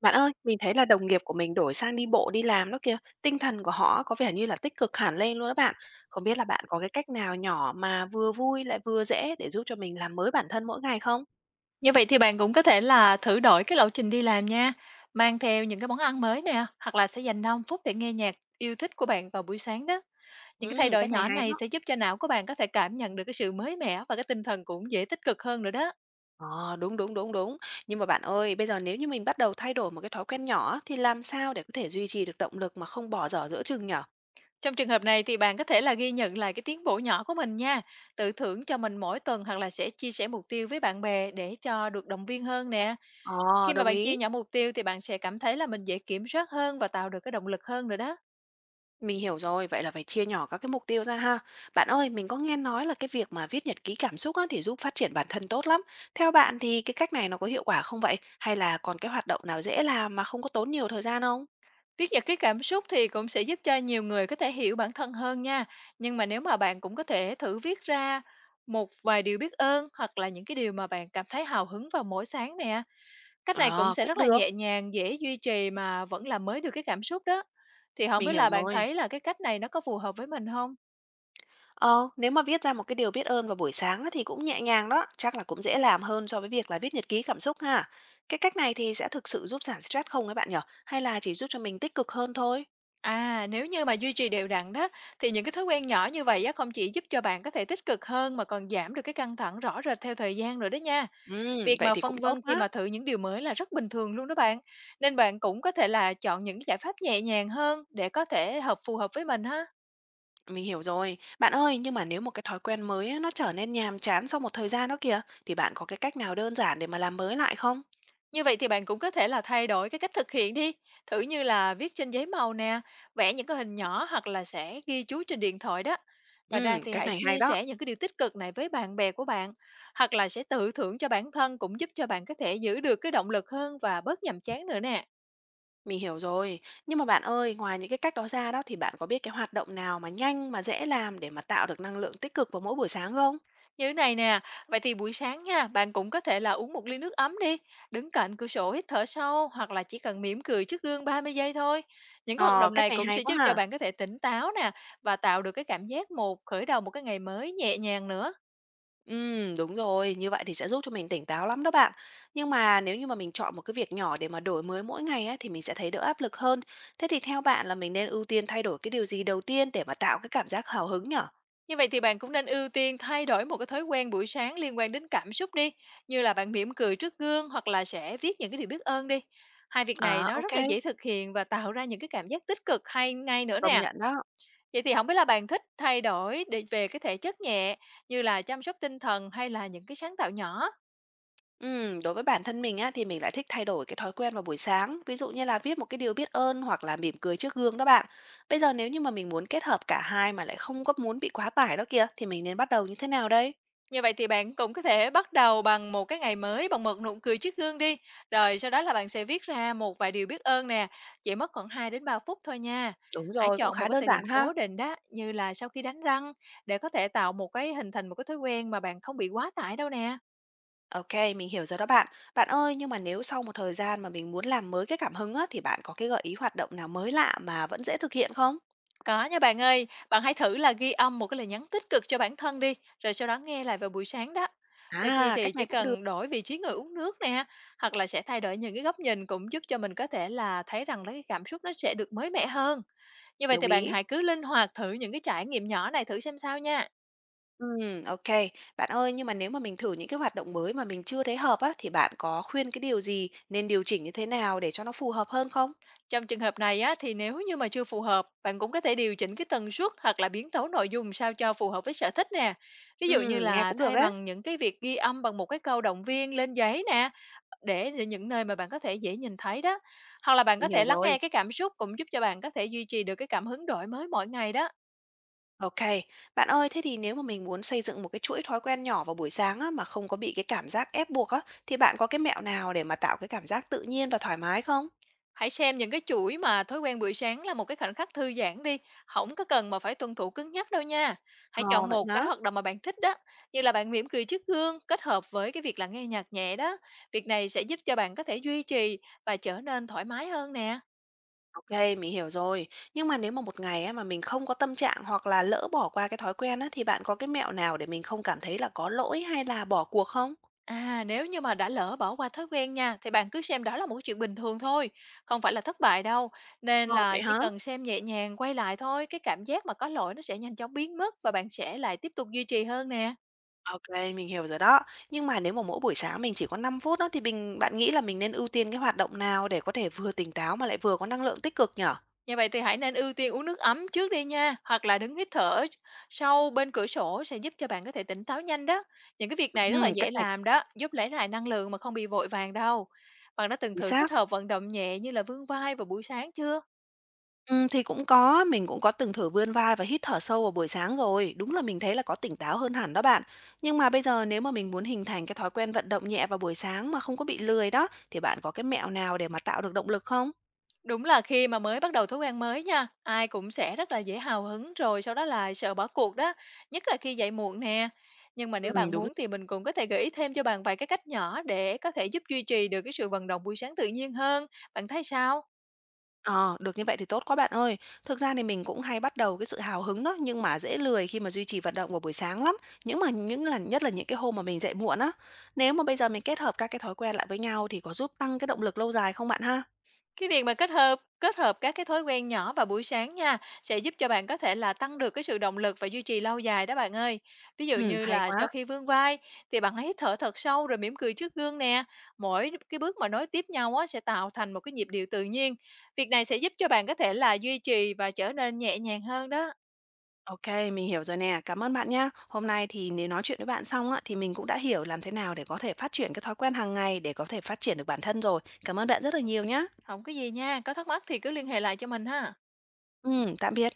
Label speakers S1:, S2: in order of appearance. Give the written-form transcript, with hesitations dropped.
S1: Bạn ơi, mình thấy là đồng nghiệp của mình đổi sang đi bộ đi làm đó kìa, tinh thần của họ có vẻ như là tích cực hẳn lên luôn đó bạn. Không biết là bạn có cái cách nào nhỏ mà vừa vui lại vừa dễ để giúp cho mình làm mới bản thân mỗi ngày không?
S2: Như vậy thì bạn cũng có thể là thử đổi cái lộ trình đi làm nha, mang theo những cái món ăn mới nè, hoặc là sẽ dành 5 phút để nghe nhạc yêu thích của bạn vào buổi sáng đó. Những cái thay
S1: Ừ,
S2: đổi
S1: cách này
S2: nhỏ
S1: hay
S2: này
S1: đó.
S2: sẽ giúp cho não của bạn có thể cảm nhận được cái sự mới mẻ và cái tinh thần cũng dễ tích cực hơn nữa đó.
S1: Ờ, đúng đúng đúng đúng. Nhưng mà bạn ơi, bây giờ nếu như mình bắt đầu thay đổi một cái thói quen nhỏ á, thì làm sao để có thể duy trì được động lực mà không bỏ dở giữa chừng nhở?
S2: Trong trường hợp này thì bạn có thể là ghi nhận lại cái tiến bộ nhỏ của mình nha, tự thưởng cho mình mỗi tuần hoặc là sẽ chia sẻ mục tiêu với bạn bè để cho được động viên hơn nè.
S1: Ờ,
S2: Khi mà
S1: đồng
S2: bạn
S1: ý.
S2: chia nhỏ mục tiêu thì bạn sẽ cảm thấy là mình dễ kiểm soát hơn và tạo được cái động lực hơn nữa đó.
S1: Mình hiểu rồi, vậy là phải chia nhỏ các cái mục tiêu ra ha. Bạn ơi, mình có nghe nói là cái việc mà viết nhật ký cảm xúc á, thì giúp phát triển bản thân tốt lắm. Theo bạn thì cái cách này nó có hiệu quả không vậy? Hay là còn cái hoạt động nào dễ làm mà không có tốn nhiều thời gian không?
S2: Viết nhật ký cảm xúc thì cũng sẽ giúp cho nhiều người có thể hiểu bản thân hơn nha. Nhưng mà nếu mà bạn cũng có thể thử viết ra một vài điều biết ơn hoặc là những cái điều mà bạn cảm thấy hào hứng vào mỗi sáng nè. Cách này cũng
S1: Ờ,
S2: sẽ
S1: cũng
S2: rất là
S1: được.
S2: nhẹ nhàng, dễ duy trì mà vẫn làm mới được cái cảm xúc đó. Thì không
S1: Mình
S2: biết
S1: hiểu
S2: là bạn
S1: rồi.
S2: thấy là cái cách này nó có phù hợp với mình không?
S1: Ờ, nếu mà viết ra một cái điều biết ơn vào buổi sáng á, thì cũng nhẹ nhàng đó, chắc là cũng dễ làm hơn so với việc là viết nhật ký cảm xúc ha. Cái cách này thì sẽ thực sự giúp giảm stress không các bạn nhở? Hay là chỉ giúp cho mình tích cực hơn thôi?
S2: À, nếu như mà duy trì đều đặn đó thì những cái thói quen nhỏ như vậy á không chỉ giúp cho bạn có thể tích cực hơn mà còn giảm được cái căng thẳng rõ rệt theo thời gian rồi đó nha.
S1: Ừ,
S2: Việc
S1: vậy
S2: mà
S1: thì cũng
S2: phân
S1: tốt
S2: vân khi
S1: quá.
S2: mà thử những điều mới là rất bình thường luôn đó bạn. Nên bạn cũng có thể là chọn những cái giải pháp nhẹ nhàng hơn để có thể hợp phù hợp với mình ha.
S1: Mình hiểu rồi. Bạn ơi, nhưng mà nếu một cái thói quen mới á, nó trở nên nhàm chán sau một thời gian đó kìa, thì bạn có cái cách nào đơn giản để mà làm mới lại không?
S2: Như vậy thì bạn cũng có thể là thay đổi cái cách thực hiện đi, thử như là viết trên giấy màu nè, vẽ những cái hình nhỏ hoặc là sẽ ghi chú trên điện thoại đó. Ngoài ra
S1: Ừ,
S2: thì
S1: cách
S2: hãy
S1: này hay
S2: chia
S1: đó.
S2: sẻ những cái điều tích cực này với bạn bè của bạn hoặc là sẽ tự thưởng cho bản thân cũng giúp cho bạn có thể giữ được cái động lực hơn và bớt nhàm chán nữa nè.
S1: Mình hiểu rồi. Nhưng mà bạn ơi, ngoài những cái cách đó ra đó thì bạn có biết cái hoạt động nào mà nhanh mà dễ làm để mà tạo được năng lượng tích cực vào mỗi buổi sáng không?
S2: Như này nè, vậy thì buổi sáng nha, bạn cũng có thể là uống một ly nước ấm đi, đứng cạnh cửa sổ hít thở sâu hoặc là chỉ cần mỉm cười trước gương 30 giây thôi. Những cái hoạt
S1: Ờ,
S2: động
S1: cách
S2: này
S1: này
S2: cũng
S1: hay
S2: sẽ
S1: quá
S2: giúp cho
S1: ha.
S2: bạn có thể tỉnh táo nè và tạo được cái cảm giác một khởi đầu một cái ngày mới nhẹ nhàng nữa.
S1: Đúng rồi, như vậy thì sẽ giúp cho mình tỉnh táo lắm đó bạn. Nhưng mà nếu như mà mình chọn một cái việc nhỏ để mà đổi mới mỗi ngày á, thì mình sẽ thấy đỡ áp lực hơn. Thế thì theo bạn là mình nên ưu tiên thay đổi cái điều gì đầu tiên để mà tạo cái cảm giác hào hứng nhở?
S2: Như vậy thì bạn cũng nên ưu tiên thay đổi một cái thói quen buổi sáng liên quan đến cảm xúc đi, như là bạn mỉm cười trước gương hoặc là sẽ viết những cái điều biết ơn đi. Hai việc này
S1: À,
S2: nó
S1: ok,
S2: rất là dễ thực hiện và tạo ra những cái cảm giác tích cực hay ngay nữa
S1: công
S2: nè.
S1: nhận đó.
S2: Vậy thì không biết là bạn thích thay đổi để về cái thể chất nhẹ như là chăm sóc tinh thần hay là những cái sáng tạo nhỏ?
S1: Đối với bản thân mình á, thì mình lại thích thay đổi cái thói quen vào buổi sáng, ví dụ như là viết một cái điều biết ơn hoặc là mỉm cười trước gương đó bạn. Bây giờ nếu như mà mình muốn kết hợp cả hai mà lại không có muốn bị quá tải đó kìa, thì mình nên bắt đầu như thế nào đây?
S2: Như vậy thì bạn cũng có thể bắt đầu bằng một cái ngày mới bằng một nụ cười trước gương đi, rồi sau đó là bạn sẽ viết ra một vài điều biết ơn nè, chỉ mất khoảng 2 đến 3 phút thôi nha.
S1: Đúng
S2: Hãy
S1: rồi, cũng
S2: chọn một
S1: khá
S2: cái
S1: đơn
S2: thời điểm
S1: giản ha.
S2: cố định đó, như là sau khi đánh răng để có thể tạo một cái hình thành một cái thói quen mà bạn không bị quá tải đâu nè.
S1: OK, mình hiểu rồi đó bạn. Bạn ơi, nhưng mà nếu sau một thời gian mà mình muốn làm mới cái cảm hứng á, thì bạn có cái gợi ý hoạt động nào mới lạ mà vẫn dễ thực hiện không?
S2: Có nha bạn ơi, bạn hãy thử là ghi âm một cái lời nhắn tích cực cho bản thân đi, rồi sau đó nghe lại vào buổi sáng đó. Đôi khi
S1: À, cách
S2: thì chỉ
S1: này cũng được,
S2: cần đổi vị trí ngồi uống nước nè, hoặc là sẽ thay đổi những cái góc nhìn cũng giúp cho mình có thể là thấy rằng là cái cảm xúc nó sẽ được mới mẻ hơn. Như vậy
S1: đồng
S2: thì bạn
S1: ý.
S2: hãy cứ linh hoạt thử những cái trải nghiệm nhỏ này thử xem sao nha.
S1: OK. Bạn ơi, nhưng mà nếu mà mình thử những cái hoạt động mới mà mình chưa thấy hợp á, thì bạn có khuyên cái điều gì nên điều chỉnh như thế nào để cho nó phù hợp hơn không?
S2: Trong trường hợp này á, thì nếu như mà chưa phù hợp, bạn cũng có thể điều chỉnh cái tần suất hoặc là biến tấu nội dung sao cho phù hợp với sở thích nè. Ví dụ như
S1: Nghe
S2: là
S1: cũng được
S2: thay
S1: đấy,
S2: bằng những cái việc ghi âm bằng một cái câu động viên lên giấy nè, để những nơi mà bạn có thể dễ nhìn thấy đó. Hoặc là bạn
S1: mình
S2: có
S1: hiểu
S2: thể lắng
S1: rồi.
S2: nghe cái cảm xúc cũng giúp cho bạn có thể duy trì được cái cảm hứng đổi mới mỗi ngày đó.
S1: Ok, bạn ơi, thế thì nếu mà mình muốn xây dựng một cái chuỗi thói quen nhỏ vào buổi sáng á, mà không có bị cái cảm giác ép buộc á, thì bạn có cái mẹo nào để mà tạo cái cảm giác tự nhiên và thoải mái không?
S2: Hãy xem những cái chuỗi mà thói quen buổi sáng là một cái khoảnh khắc thư giãn đi, không có cần mà phải tuân thủ cứng nhắc đâu nha. Hãy
S1: Ờ,
S2: chọn
S1: vậy
S2: một
S1: hả?
S2: cái hoạt động mà bạn thích đó, như là bạn mỉm cười trước gương kết hợp với cái việc là nghe nhạc nhẹ đó. Việc này sẽ giúp cho bạn có thể duy trì và trở nên thoải mái hơn nè.
S1: Ok, mình hiểu rồi. Nhưng mà nếu mà một ngày á, mà mình không có tâm trạng hoặc là lỡ bỏ qua cái thói quen á, thì bạn có cái mẹo nào để mình không cảm thấy là có lỗi hay là bỏ cuộc không?
S2: À, nếu như mà đã lỡ bỏ qua thói quen nha, thì bạn cứ xem đó là một chuyện bình thường thôi, không phải là thất bại đâu. Nên
S1: Ờ,
S2: là
S1: vậy
S2: chỉ
S1: hả?
S2: cần xem nhẹ nhàng quay lại thôi, cái cảm giác mà có lỗi nó sẽ nhanh chóng biến mất và bạn sẽ lại tiếp tục duy trì hơn nè.
S1: Ok, mình hiểu rồi đó. Nhưng mà nếu mà mỗi buổi sáng mình chỉ có 5 phút đó, thì mình bạn nghĩ là mình nên ưu tiên cái hoạt động nào để có thể vừa tỉnh táo mà lại vừa có năng lượng tích cực nhở?
S2: Như vậy thì hãy nên ưu tiên uống nước ấm trước đi nha, hoặc là đứng hít thở sâu bên cửa sổ sẽ giúp cho bạn có thể tỉnh táo nhanh đó. Những cái việc này
S1: Ừ,
S2: rất là
S1: cái
S2: dễ
S1: này.
S2: làm đó, giúp lấy lại năng lượng mà không bị vội vàng đâu. Bạn đã từng
S1: Chính
S2: thử kết
S1: xác.
S2: hợp vận động nhẹ như là vươn vai vào buổi sáng chưa?
S1: Thì cũng có, mình cũng có từng thử vươn vai và hít thở sâu vào buổi sáng rồi, đúng là mình thấy là có tỉnh táo hơn hẳn đó bạn. Nhưng mà bây giờ nếu mà mình muốn hình thành cái thói quen vận động nhẹ vào buổi sáng mà không có bị lười đó, thì bạn có cái mẹo nào để mà tạo được động lực không?
S2: Đúng là khi mà mới bắt đầu thói quen mới nha, ai cũng sẽ rất là dễ hào hứng rồi sau đó là sợ bỏ cuộc đó, nhất là khi dậy muộn nè. Nhưng mà nếu bạn
S1: Đúng.
S2: muốn thì mình cũng có thể gợi ý thêm cho bạn vài cái cách nhỏ để có thể giúp duy trì được cái sự vận động buổi sáng tự nhiên hơn. Bạn thấy sao?
S1: Ờ, được như vậy thì tốt quá bạn ơi. Thực ra thì mình cũng hay bắt đầu cái sự hào hứng đó, nhưng mà dễ lười khi mà duy trì vận động vào buổi sáng lắm. Những mà những là nhất là những cái hôm mà mình dậy muộn á. Nếu mà bây giờ mình kết hợp các cái thói quen lại với nhau thì có giúp tăng cái động lực lâu dài không bạn ha?
S2: Cái việc mà kết hợp các cái thói quen nhỏ vào buổi sáng nha, sẽ giúp cho bạn có thể là tăng được cái sự động lực và duy trì lâu dài đó bạn ơi. Ví dụ như
S1: Hay
S2: là
S1: quá.
S2: sau khi vươn vai thì bạn hãy hít thở thật sâu rồi mỉm cười trước gương nè. Mỗi cái bước mà nối tiếp nhau á sẽ tạo thành một cái nhịp điệu tự nhiên. Việc này sẽ giúp cho bạn có thể là duy trì và trở nên nhẹ nhàng hơn đó.
S1: OK, mình hiểu rồi nè. Cảm ơn bạn nhé. Hôm nay thì nếu nói chuyện với bạn xong á, thì mình cũng đã hiểu làm thế nào để có thể phát triển cái thói quen hàng ngày để có thể phát triển được bản thân rồi. Cảm ơn bạn rất là nhiều nhé.
S2: Không có gì nha, có thắc mắc thì cứ liên hệ lại cho mình ha.
S1: Tạm biệt.